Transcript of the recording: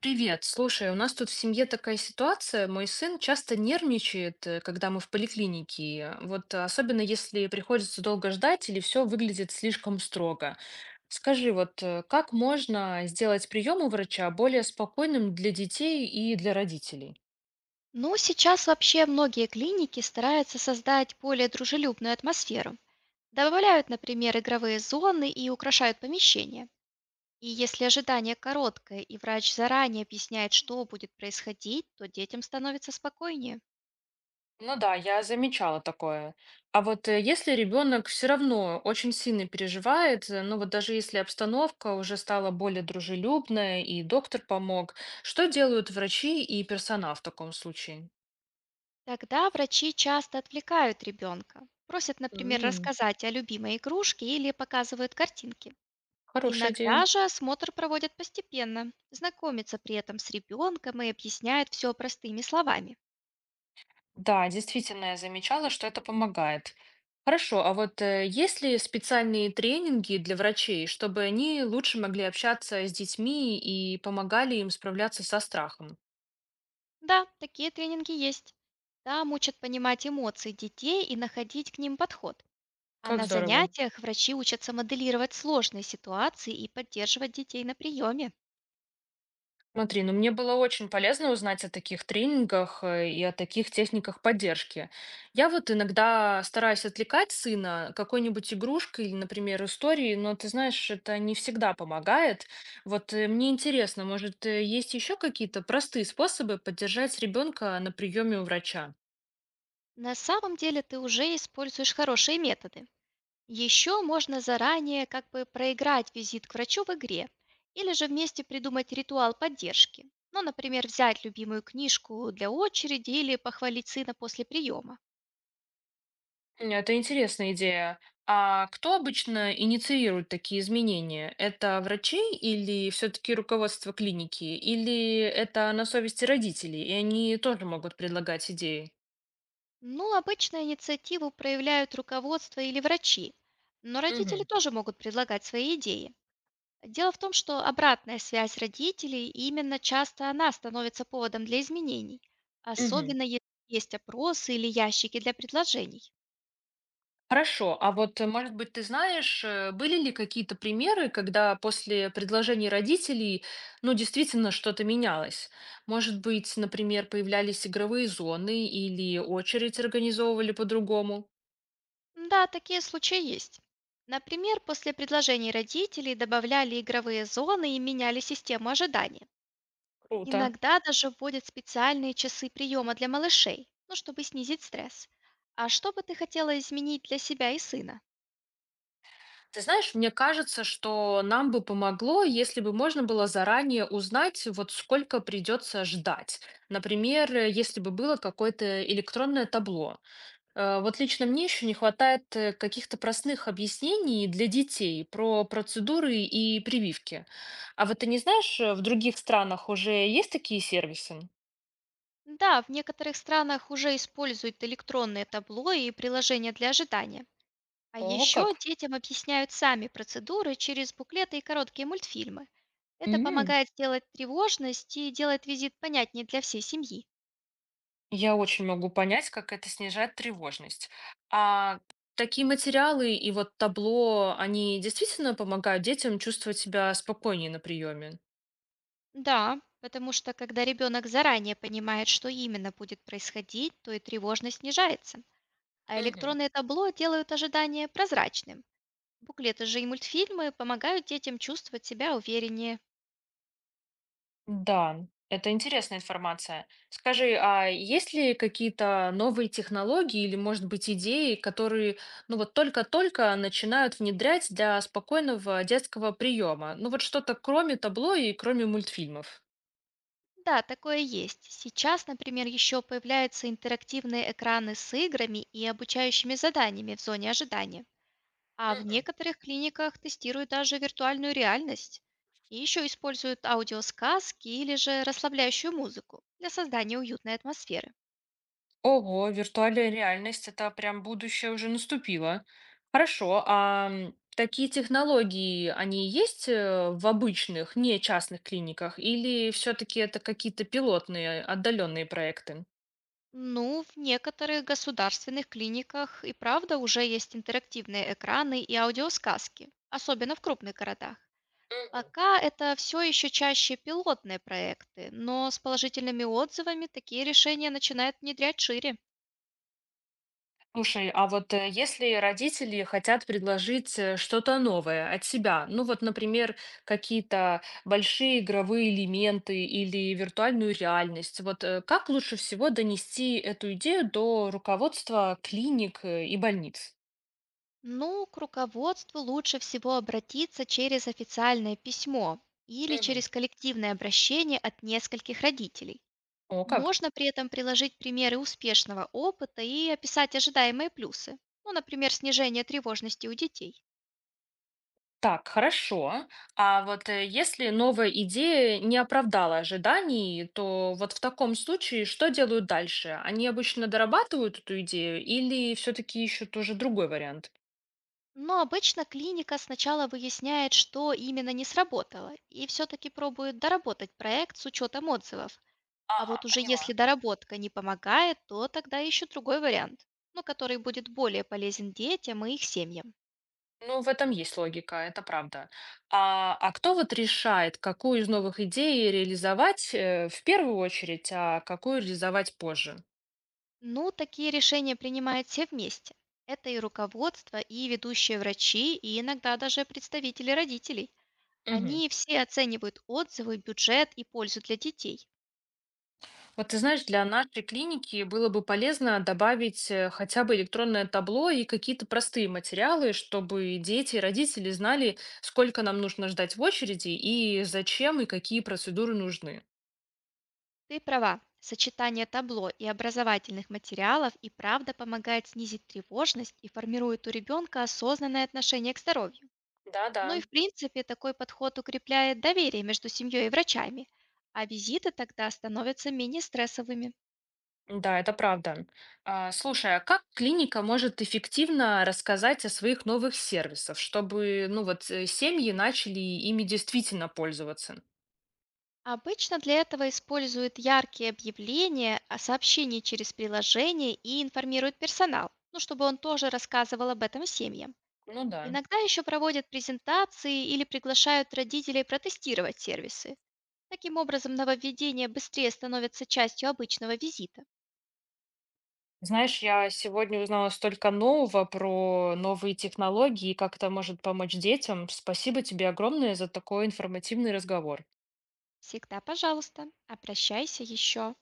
Привет. Слушай, у нас тут в семье такая ситуация. Мой сын часто нервничает, когда мы в поликлинике. Особенно если приходится долго ждать или все выглядит слишком строго. Скажи, как можно сделать прием у врача более спокойным для детей и для родителей? Ну, сейчас вообще многие клиники стараются создать более дружелюбную атмосферу. Добавляют, например, игровые зоны и украшают помещение. И если ожидание короткое, и врач заранее объясняет, что будет происходить, то детям становится спокойнее. Ну да, я замечала такое. Если ребенок все равно очень сильно переживает, ну вот даже если обстановка уже стала более дружелюбная и доктор помог, что делают врачи и персонал в таком случае? Тогда врачи часто отвлекают ребенка. Просят, например, М, рассказать о любимой игрушке или показывают картинки. Хорошая идея. Иногда же осмотр проводят постепенно, знакомятся при этом с ребенком и объясняют все простыми словами. Да, действительно, я замечала, что это помогает. Хорошо, есть ли специальные тренинги для врачей, чтобы они лучше могли общаться с детьми и помогали им справляться со страхом? Да, такие тренинги есть. Там учат понимать эмоции детей и находить к ним подход. А Как на здорово. занятиях врачи учатся моделировать сложные ситуации и поддерживать детей на приеме. Смотри, ну мне было очень полезно узнать о таких тренингах и о таких техниках поддержки. Я вот иногда стараюсь отвлекать сына какой-нибудь игрушкой или, например, историей, но ты знаешь, это не всегда помогает. Мне интересно, может, есть еще какие-то простые способы поддержать ребенка на приеме у врача? На самом деле ты уже используешь хорошие методы. Еще можно заранее как бы проиграть визит к врачу в игре или же вместе придумать ритуал поддержки. Ну, например, взять любимую книжку для очереди или похвалить сына после приема. Это интересная идея. А кто обычно инициирует такие изменения? Это врачи или все-таки руководство клиники? Или это на совести родителей, и они тоже могут предлагать идеи? Ну, обычно инициативу проявляют руководство или врачи, но родители Мгм. тоже могут предлагать свои идеи. Дело в том, что обратная связь родителей, и именно часто она становится поводом для изменений, Мгм. особенно если есть опросы или ящики для предложений. Хорошо. Может быть, ты знаешь, были ли какие-то примеры, когда после предложений родителей, ну, действительно что-то менялось? Может быть, например, появлялись игровые зоны или очередь организовывали по-другому? Да, такие случаи есть. Например, после предложений родителей добавляли игровые зоны и меняли систему ожидания. Круто. Иногда даже вводят специальные часы приема для малышей, ну, чтобы снизить стресс. А что бы ты хотела изменить для себя и сына? Ты знаешь, мне кажется, что нам бы помогло, если бы можно было заранее узнать, вот сколько придется ждать. Например, если бы было какое-то электронное табло. Вот лично мне еще не хватает каких-то простых объяснений для детей про процедуры и прививки. А вот ты не знаешь, в других странах уже есть такие сервисы? Да, в некоторых странах уже используют электронные табло и приложения для ожидания. А О, еще как? детям объясняют сами процедуры через буклеты и короткие мультфильмы. Это помогает сделать тревожность и делает визит понятнее для всей семьи. Я очень могу понять, как это снижает тревожность. А такие материалы и вот табло, они действительно помогают детям чувствовать себя спокойнее на приеме? Да, потому что когда ребенок заранее понимает, что именно будет происходить, то и тревожность снижается. А Мгм. электронные табло делают ожидание прозрачным. Буклеты же и мультфильмы помогают детям чувствовать себя увереннее. Да, это интересная информация. Скажи, а есть ли какие-то новые технологии или, может быть, идеи, которые, ну вот только-только начинают внедрять для спокойного детского приема? Ну вот что-то кроме табло и кроме мультфильмов. Да, такое есть. Сейчас, например, еще появляются интерактивные экраны с играми и обучающими заданиями в зоне ожидания. А в некоторых клиниках тестируют даже виртуальную реальность. И еще используют аудиосказки или же расслабляющую музыку для создания уютной атмосферы. Ого, виртуальная реальность, это прям будущее уже наступило. Хорошо, такие технологии, они есть в обычных, не частных клиниках, или все-таки это какие-то пилотные, отдаленные проекты? Ну, в некоторых государственных клиниках и правда уже есть интерактивные экраны и аудиосказки, особенно в крупных городах. Мгм. Пока это все еще чаще пилотные проекты, но с положительными отзывами такие решения начинают внедрять шире. Слушай, если родители хотят предложить что-то новое от себя, ну вот, например, какие-то большие игровые элементы или виртуальную реальность, как лучше всего донести эту идею до руководства клиник и больниц? Ну, к руководству лучше всего обратиться через официальное письмо или Мгм. через коллективное обращение от нескольких родителей. О, как? Можно при этом приложить примеры успешного опыта и описать ожидаемые плюсы, ну, например, снижение тревожности у детей. Так, хорошо. Если новая идея не оправдала ожиданий, то вот в таком случае что делают дальше? Они обычно дорабатывают эту идею или все-таки ищут уже другой вариант? Но обычно клиника сначала выясняет, что именно не сработало, и все-таки пробует доработать проект с учетом отзывов. А Ага, вот уже поняла. если доработка не помогает, то тогда ищут другой вариант, но который будет более полезен детям и их семьям. Ну, в этом есть логика, это правда. А кто вот решает, какую из новых идей реализовать в первую очередь, а какую реализовать позже? Ну, такие решения принимают все вместе. Это и руководство, и ведущие врачи, и иногда даже представители родителей. Они все оценивают отзывы, бюджет и пользу для детей. Вот ты знаешь, для нашей клиники было бы полезно добавить хотя бы электронное табло и какие-то простые материалы, чтобы дети и родители знали, сколько нам нужно ждать в очереди и зачем и какие процедуры нужны. Ты права, сочетание табло и образовательных материалов и правда помогает снизить тревожность и формирует у ребенка осознанное отношение к здоровью. Да-да. Ну и в принципе такой подход укрепляет доверие между семьей и врачами, а визиты тогда становятся менее стрессовыми. Да, это правда. А, слушай, а как клиника может эффективно рассказать о своих новых сервисах, чтобы, ну вот, семьи начали ими действительно пользоваться? Обычно для этого используют яркие объявления о сообщении через приложение и информируют персонал, ну, чтобы он тоже рассказывал об этом семьям. Ну да. Иногда еще проводят презентации или приглашают родителей протестировать сервисы. Таким образом, нововведения быстрее становятся частью обычного визита. Знаешь, я сегодня узнала столько нового про новые технологии и как это может помочь детям. Спасибо тебе огромное за такой информативный разговор. Всегда, пожалуйста, обращайся еще.